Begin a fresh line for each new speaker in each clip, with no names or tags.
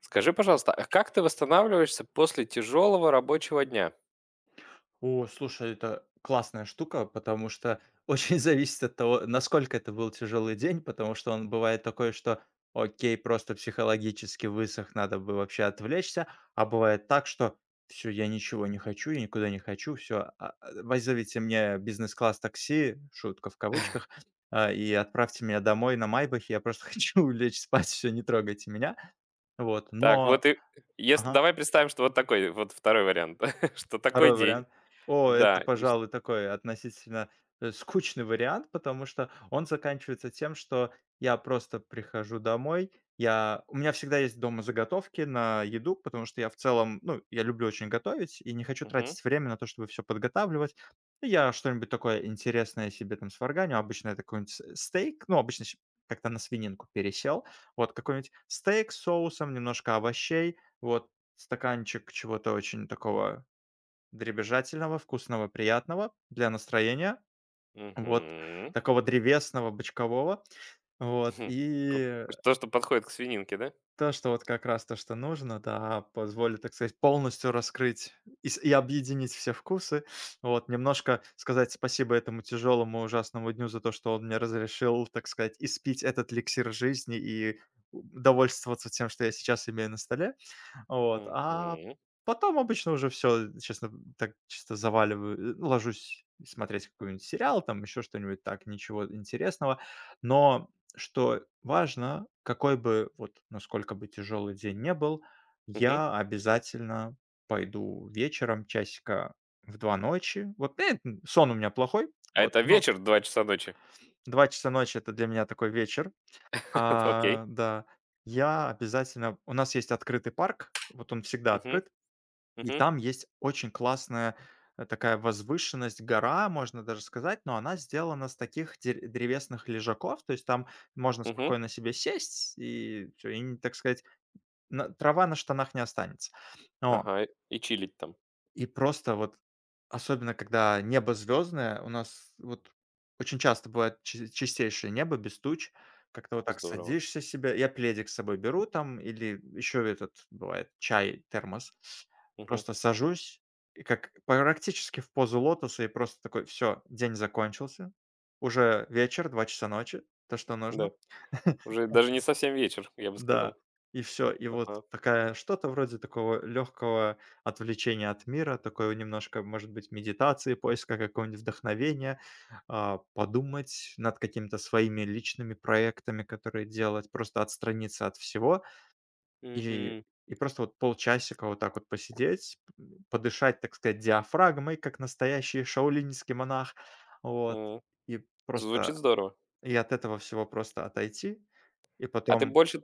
Скажи, пожалуйста, а как ты восстанавливаешься после тяжелого рабочего дня?
О, слушай, это классная штука, потому что очень зависит от того, насколько это был тяжелый день, потому что он бывает такой, что окей, просто психологически высох, надо бы вообще отвлечься. А бывает так, что все, я ничего не хочу, я никуда не хочу, все, вызовите мне бизнес-класс такси, шутка в кавычках, и отправьте меня домой на Майбахе, я просто хочу лечь спать, все, не трогайте меня, вот,
Так,
но,
если
ага,
давай представим, что вот такой вот второй вариант, что такой
второй
день.
вариант. О, это,
Да. и ш
пожалуй, такой относительно, скучный вариант, потому что он заканчивается тем, что я просто прихожу домой. Я у меня всегда есть дома заготовки на еду, потому что я в целом, ну, я люблю очень готовить и не хочу
Мгм,
тратить время на то, чтобы все подготавливать. И я что-нибудь такое интересное себе там сварганю. Обычно это какой-нибудь с стейк, ну, обычно щ как-то на свининку пересел. Вот какой-нибудь стейк с соусом, немножко овощей, вот стаканчик чего-то очень такого дребезжательного, вкусного, приятного для настроения, вот
мгм,
такого древесного, бычкового. Вот,
мгм. П
и
то, что подходит к свининке, да?
то, что вот как раз то, что нужно, да, позволит, так сказать, полностью раскрыть и объединить все вкусы. Вот, немножко сказать спасибо этому тяжелому, ужасному дню за то, что он мне разрешил, так сказать, испить этот эликсир жизни и довольствоваться тем, что я сейчас имею на столе. Вот, а
Мгм,
потом обычно уже все, честно, так чисто заваливаю, ну, ложусь смотреть какой-нибудь сериал, там еще что-нибудь, так, ничего интересного. Но что важно, какой бы, вот насколько бы тяжелый день не был,
мгм.
я обязательно пойду вечером часика в 2 ночи. Вот, сон у меня плохой,
А
вот,
это
но
вечер, 2 часа ночи.
2 часа ночи — это для меня такой вечер.
Окей.
А, да, я обязательно у нас есть открытый парк, вот он всегда
Мгм,
открыт. И
мгм,
там есть очень классная, такая возвышенность, гора, можно даже сказать, но она сделана с таких дер древесных лежаков, то есть там можно
мгм.
спокойно себе сесть и всё, и, не так сказать, на трава на штанах не останется. Вот.
Ага, и чилить там.
И просто вот, особенно когда небо звездное, у нас вот очень часто бывает чи чистейшее небо без туч. Как-то вот так
Здорово.
садишься себе. Я пледик с собой беру там или еще этот бывает чай, термос.
Мгм.
Просто сажусь и как практически в позу лотоса и просто такой: все, день закончился, уже вечер, 2 часа ночи, то, что
Да,
нужно.
уже даже не совсем вечер, я бы
Да,
сказал.
и все. И вот
Ага.
такая что-то вроде такого легкого отвлечения от мира, такое немножко, может быть, медитации, поиска какого-нибудь вдохновения, подумать над какими-то своими личными проектами, которые делать, просто отстраниться от всего и
Мгм.
и просто вот полчасика вот так вот посидеть, подышать, так сказать, диафрагмой, как настоящий шаолиньский монах. Вот.
М.
И
Звучит
просто
здорово.
и от этого всего просто отойти, и
А ты
потом.
больше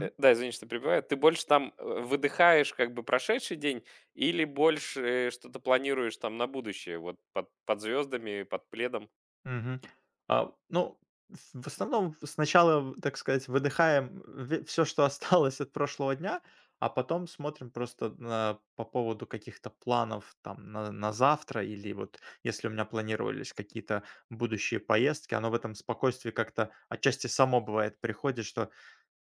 да, извини, что перебиваю. Ты больше там, выдыхаешь как бы прошедший день или больше что-то планируешь там на будущее, вот под звездами, под пледом?
Мгм. Ну, в основном сначала, так сказать, выдыхаем все, что осталось от прошлого дня, а потом смотрим просто на, по поводу каких-то планов там на завтра или вот если у меня планировались какие-то будущие поездки, оно в этом спокойствии как-то отчасти само бывает приходит, что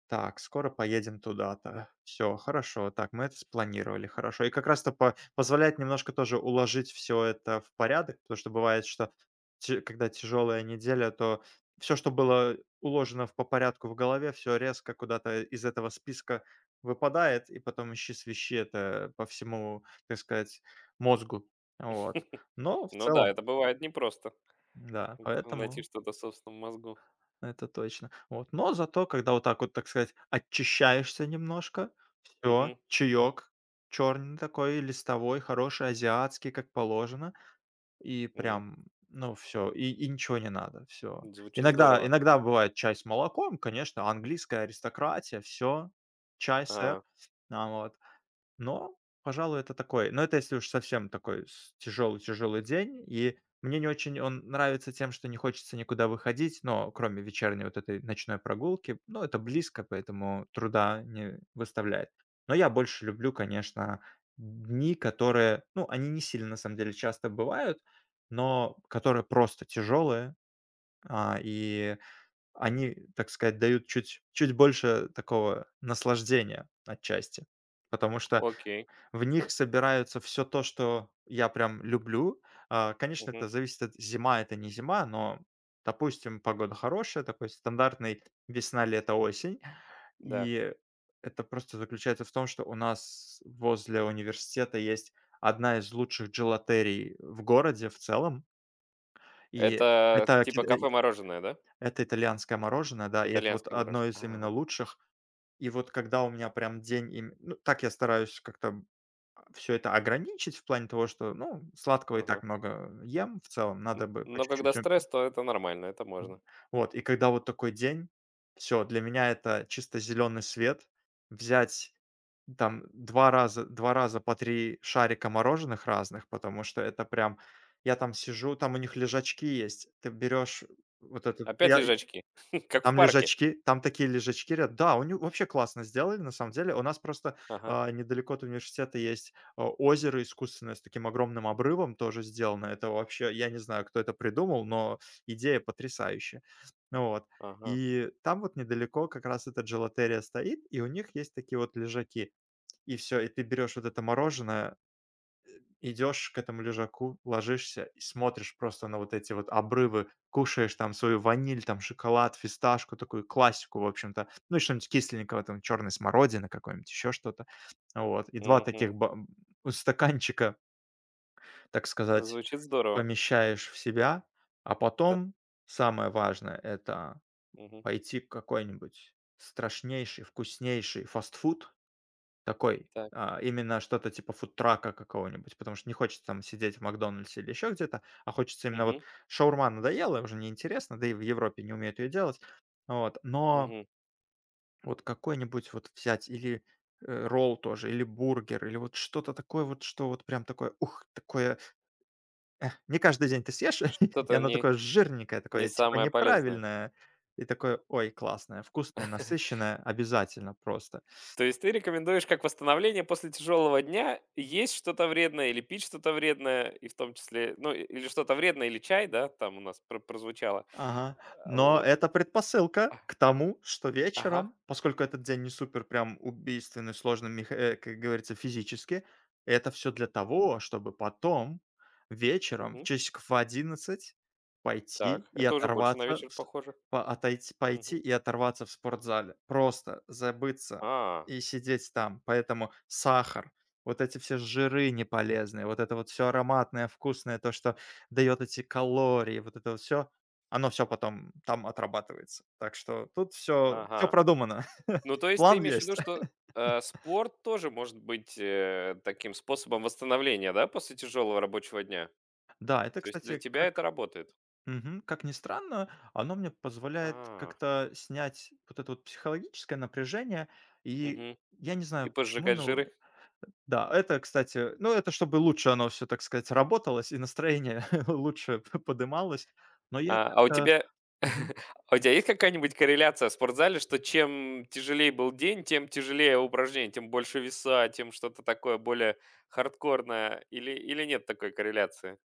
так, скоро поедем туда-то. Все, хорошо. Так, мы это спланировали. Хорошо. И как раз-то по позволяет немножко тоже уложить все это в порядок, потому что бывает, что те когда тяжелая неделя, то все, что было уложено в по порядку в голове, все резко куда-то из этого списка выпадает, и потом ищи-свищи это по всему, так сказать, мозгу. Вот. Но в
Ну да,
целом,
это бывает непросто.
да,
Это найти
поэтому
что-то в собственном мозгу.
это точно. Вот. Но зато, когда вот так вот, так сказать, очищаешься немножко, все
Мгм.
чаёк черный такой, листовой, хороший, азиатский, как положено, и
М.
прям, ну, все, и ничего не надо, все.
Звучит
Иногда
здорово.
иногда бывает чай с молоком, конечно, английская аристократия, все чай, сэр.
А,
А, вот. Но, пожалуй, это такой, но это если уж совсем такой тяжелый-тяжелый день. И мне не очень он нравится тем, что не хочется никуда выходить, но кроме вечерней вот этой ночной прогулки. Ну, это близко, поэтому труда не выставляет. Но я больше люблю, конечно, дни, которые, ну, они не сильно, на самом деле, часто бывают, но которые просто тяжелые, и они, так сказать, дают чуть больше такого наслаждения отчасти. Потому что
окей.
в них собираются все то, что я прям люблю. Конечно,
Мгм.
это зависит от зима это не зима, но, допустим, погода хорошая, такой стандартный весна, лето, осень.
Да.
И это просто заключается в том, что у нас возле университета есть одна из лучших джелатерий в городе в целом. И
Это
это
типа кафе-мороженое, да?
это итальянское мороженое, да, и это вот
Итальянское
одно
мороженое.
из именно
Ага.
лучших. И вот когда у меня прям день им ну, так я стараюсь как-то все это ограничить в плане того, что, ну, сладкого и
Ага.
так много ем в целом, надо
Н
бы по
но когда
чуть-чуть.
стресс, то это нормально, это
М,
можно.
вот, и когда вот такой день, все для меня это чисто зеленый свет. Взять там два раза по 3 шарика мороженых разных, потому что это прям я там сижу, там у них лежачки есть. Ты берешь вот этот
Опять
я
лежачки, как в
там
парке.
лежачки, там такие лежачки ря Да, у них вообще классно сделали, на самом деле. У нас просто,
Ага,
недалеко от университета есть, озеро искусственное с таким огромным обрывом тоже сделано. Это вообще, я не знаю, кто это придумал, но идея потрясающая. Ну вот.
ага.
И там вот недалеко как раз эта джелатерия стоит, и у них есть такие вот лежаки. И все, и ты берешь вот это мороженое, идешь к этому лежаку, ложишься и смотришь просто на вот эти вот обрывы, кушаешь там свою ваниль, там шоколад, фисташку, такую классику, в общем-то. Ну и что-нибудь кисленького, там черной смородины какой-нибудь, еще что-то. Вот. И два
Мгм.
таких стаканчика, так
Ну,
сказать,
звучит здорово.
помещаешь в себя. А
Так,
потом самое важное — это
мгм,
пойти к какой-нибудь страшнейший, вкуснейший фастфуд, такой,
так,
именно что-то типа фудтрака какого-нибудь, потому что не хочется там сидеть в "Макдональдсе" или еще где-то, а хочется именно
мгм,
вот шаурма надоела, уже неинтересно, да и в Европе не умеют ее делать. Вот, но
мгм.
вот какой-нибудь вот взять или, ролл тоже, или бургер, или вот что-то такое вот, что вот прям такое, ух, такое, не каждый день ты съешь, и
Что-то
оно
не
такое жирненькое,
не
такое типа
самое полезное.
неправильное, и такое: "Ой, классное, вкусное, насыщенное". Обязательно просто.
То есть ты рекомендуешь как восстановление после тяжелого дня есть что-то вредное или пить что-то вредное, и в том числе, ну, или что-то вредное, или чай, да, там у нас пр прозвучало.
Ага.
А,
Но
вот.
это предпосылка
А,
к тому, что
ага,
вечером, поскольку этот день не супер прям убийственный, сложный, как говорится, физически, это все для того, чтобы потом вечером
мгм.
часиков в 11 пойти
Так,
и
это уже больше на
оторваться,
вечер похоже.
отойти, пойти
Мгм.
и оторваться в спортзале. Просто забыться
А,
и сидеть там. Поэтому сахар, вот эти все жиры неполезные, вот это вот все ароматное, вкусное, то, что дает эти калории, вот это вот все, оно все потом там отрабатывается. Так что тут все, все
ага.
продумано.
Ну, то есть ты
План
имеешь в виду,
есть.
что, спорт тоже может быть, таким способом восстановления, да, после тяжелого рабочего дня?
Да, это,
То есть для
кстати,
тебя это
как
работает?
мгм, как ни странно, оно мне позволяет
А,
как-то снять вот это вот психологическое напряжение. И
мгм.
я не
И
знаю почему,
посжигать
но
жиры?
да, это, кстати, ну, это чтобы лучше оно все так сказать, работалось и настроение лучше подымалось. Но я
А у
как-то,
тебя
мгм.
а у тебя есть какая-нибудь корреляция в спортзале, что чем тяжелее был день, тем тяжелее упражнение, тем больше веса, тем что-то такое более хардкорное? Или нет такой корреляции?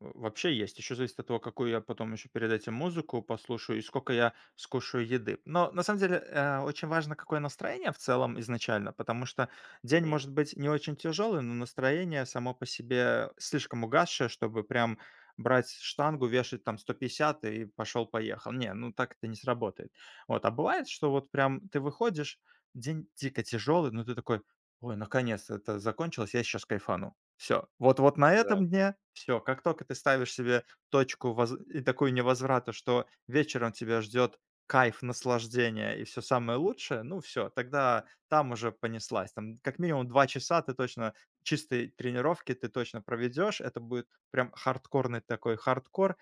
Вообще есть. Еще зависит от того, какую я потом еще перед этим музыку послушаю и сколько я скушаю еды. Но на самом деле, очень важно, какое настроение в целом изначально, потому что день
Мгм.
может быть не очень тяжелый, но настроение само по себе слишком угасшее, чтобы прям брать штангу, вешать там 150 и пошел-поехал. Не, ну так это не сработает. Вот, а бывает, что вот прям ты выходишь, день дико тяжелый, но ты такой: "Ой, наконец это закончилось, я сейчас кайфану". Все, вот вот на
Да.
этом дне все, как только ты ставишь себе точку воз и такую невозврата, что вечером тебя ждет кайф, наслаждение и все самое лучшее, ну все, тогда там уже понеслась. Там как минимум 2 часа ты точно чистой тренировки ты точно проведешь. Это будет прям хардкорный такой хардкор,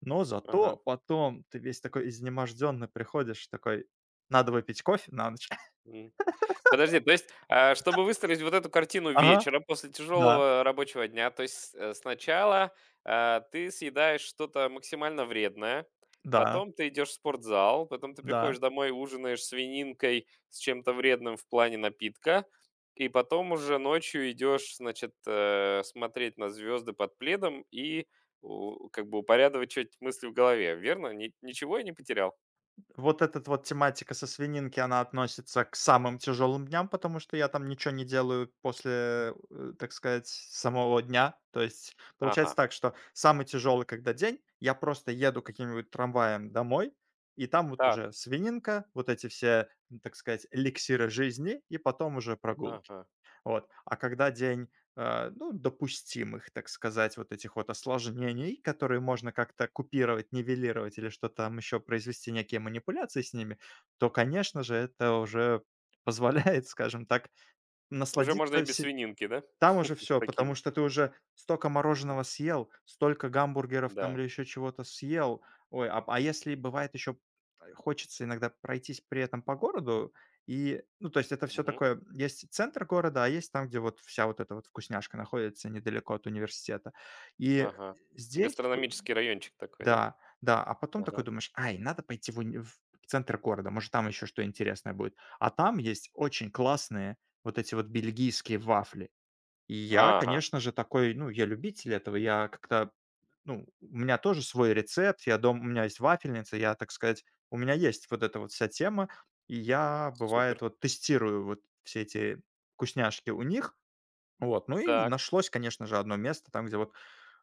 но
Ага.
зато потом ты весь такой изнеможденный приходишь, такой: "Надо выпить кофе на ночь".
Подожди, то есть, чтобы выстроить вот эту картину
Ага,
вечера после
да,
тяжелого рабочего дня, то есть, сначала, ты съедаешь что-то максимально вредное,
да,
потом ты идешь в спортзал, потом ты приходишь
да.
домой, ужинаешь свининкой с чем-то вредным в плане напитка, и потом уже ночью идешь, значит, смотреть на звезды под пледом и у как бы упорядочивать мысли в голове, верно? Ни ничего я не потерял?
Вот этот вот тематика со свининки, она относится к самым тяжелым дням, потому что я там ничего не делаю после, так сказать, самого дня. То есть
Ага,
получается так, что самый тяжелый, когда день, я просто еду каким-нибудь трамваем домой, и там вот
так,
уже свининка, вот эти все, так сказать, эликсиры жизни, и потом уже прогулки.
ага.
Вот. А когда день, ну, допустимых, так сказать, вот этих вот осложнений, которые можно как-то купировать, нивелировать или что-то там еще произвести, некие манипуляции с ними, то, конечно же, это уже позволяет, скажем так,
Уже можно и
насладиться,
без свининки, да?
там уже все, потому
Такие
что ты уже столько
А,
мороженого съел, столько гамбургеров там
да.
или еще чего-то съел. Ой, а если бывает еще хочется иногда пройтись при этом по городу, и, ну, то есть это все
Мгм.
такое, есть центр города, а есть там, где вот вся вот эта вот вкусняшка находится недалеко от университета. И
Ага.
здесь п
Гастрономический райончик такой, да?
да, да, а потом такой
Ага.
думаешь: "Ай, надо пойти в центр города, может, там еще что интересное будет". А там есть очень классные вот эти вот бельгийские вафли. И я,
Ага.
конечно же, такой, ну, я любитель этого. Я как-то, ну, у меня тоже свой рецепт. У меня есть вафельница. Я, так сказать, у меня есть вот эта вот вся тема. И я,
Супер.
бывает, вот тестирую вот все эти вкусняшки у них. Вот. Ну и
Так.
нашлось, конечно же, одно место там, где вот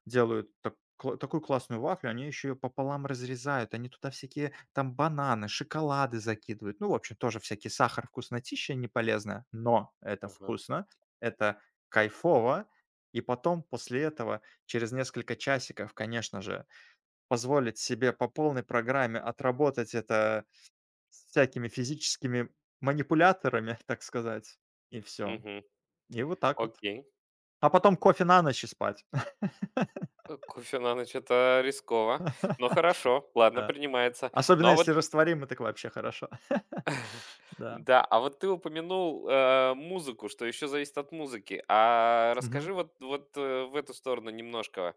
делают так кла такую классную вафлю, они еще ее пополам разрезают, они туда всякие там бананы, шоколады закидывают. Ну, в общем, тоже всякий сахар, вкуснотища неполезная, но это
Ага.
вкусно, это кайфово. И потом, после этого, через несколько часиков, конечно же, позволить себе по полной программе отработать это с всякими физическими манипуляторами, так сказать, и все,
Мгм.
и вот так вот.
Окей.
А потом кофе на ночь и спать.
Кофе на ночь- это рисково, но хорошо. Ладно, принимается. Ну,
Особенно
а вот
если растворимый, так вообще хорошо. Да.
Да, а вот ты упомянул, музыку, что еще зависит от музыки. А
Мгм.
расскажи вот, в эту сторону немножко.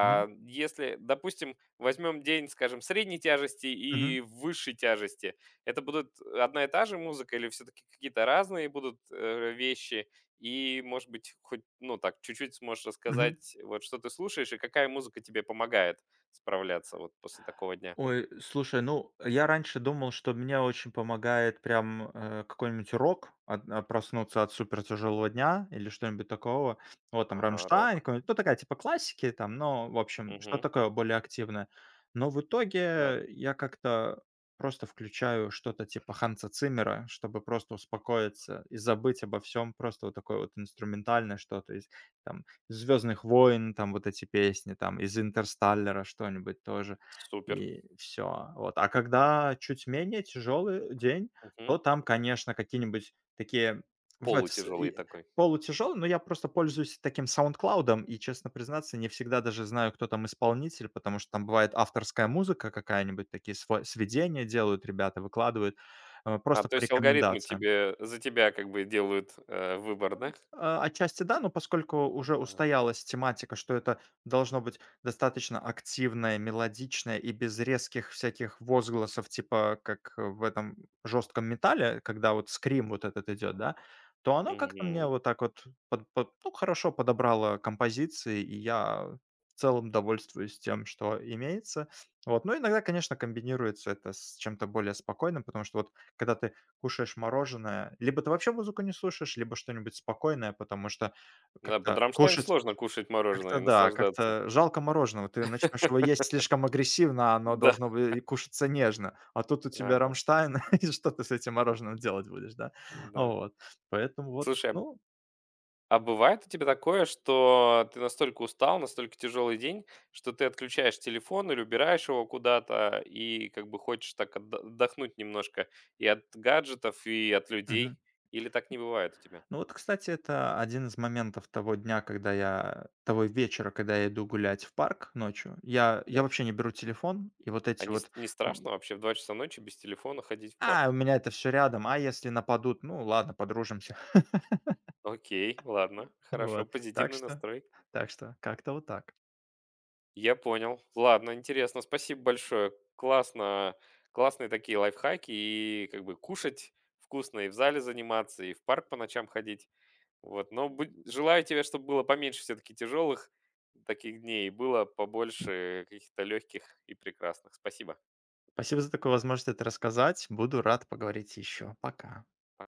Мгм.
если, допустим, возьмем день, скажем, средней тяжести
Мгм.
и высшей тяжести, это будут одна и та же музыка или все-таки какие-то разные будут, вещи? И, может быть, хоть, ну, так чуть-чуть сможешь
Мгм.
рассказать, вот что ты слушаешь и какая музыка тебе помогает справляться вот после такого дня?
Ой, слушай, ну, я раньше думал, что мне очень помогает прям, какой-нибудь рок, проснуться от супертяжелого дня или что-нибудь такого. Вот там
Ага,
"Рамштайн"
рок.
какой-нибудь, ну, такая типа классики там, но, в общем, что-то
Мгм.
такое более активное. Но в
Да.
итоге я как-то просто включаю что-то типа Ханса Циммера, чтобы просто успокоиться и забыть обо всем. Просто вот такое вот инструментальное что-то из там "Звездных войн", там вот эти песни, там из "Интерстеллара" что-нибудь тоже.
Супер.
И все. Вот. А когда чуть менее тяжелый день, то там, конечно, какие-нибудь такие бывают с
Полутяжелый
и
такой.
полутяжелые, но я просто пользуюсь таким "Саундклаудом" и, честно признаться, не всегда даже знаю, кто там исполнитель, потому что там бывает авторская музыка какая-нибудь, такие сво сведения делают ребята, выкладывают,
А,
просто
то
по
есть алгоритмы
рекомендациям.
тебе за тебя как бы делают, выбор, да?
Отчасти да, но поскольку уже
Ага.
устоялась тематика, что это должно быть достаточно активное, мелодичное и без резких всяких возгласов, типа как в этом жестком металле, когда вот скрим вот этот идет, да, то оно как-то мне
Мгм.
вот так вот ну, хорошо подобрало композиции, и я в целом довольствуюсь тем, что имеется. Вот. Но иногда, конечно, комбинируется это с чем-то более спокойным, потому что вот когда ты кушаешь мороженое, либо ты вообще музыку не слушаешь, либо что-нибудь спокойное, потому что
Да, под
как-то
"Рамштайн"
кушать
сложно кушать мороженое и
как-то да,
наслаждаться.
как-то жалко мороженого. Ты начнешь его есть слишком агрессивно, а оно
Да.
должно бы и кушаться нежно. А тут у тебя
Ага,
"Рамштайн", и что ты с этим мороженым делать будешь, да?
да.
Вот. Поэтому вот,
Слушай, а
ну.
а бывает у тебя такое, что ты настолько устал, настолько тяжелый день, что ты отключаешь телефон или убираешь его куда-то и как бы хочешь так отда отдохнуть немножко и от гаджетов, и от
Мгм.
людей? Или так не бывает у тебя?
Ну вот, кстати, это один из моментов того дня, когда я того вечера, когда я иду гулять в парк ночью. Я
Да.
вообще не беру телефон, и вот
А
эти
не ст
вот,
не страшно вообще в 2 часа ночи без телефона ходить в
У
парк?
меня это все рядом. А если нападут? Ну ладно, подружимся.
Окей, ладно, хорошо,
Вот. Так
позитивный
что
настрой.
так что как-то вот так.
Я понял. Ладно, интересно, спасибо большое. Классно, классные такие лайфхаки. И как бы кушать вкусно, и в зале заниматься, и в парк по ночам ходить. Вот, но будь желаю тебе, чтобы было поменьше все таки тяжелых таких дней, и было побольше каких-то легких и прекрасных. Спасибо.
Спасибо за такую возможность это рассказать. Буду рад поговорить еще. Пока.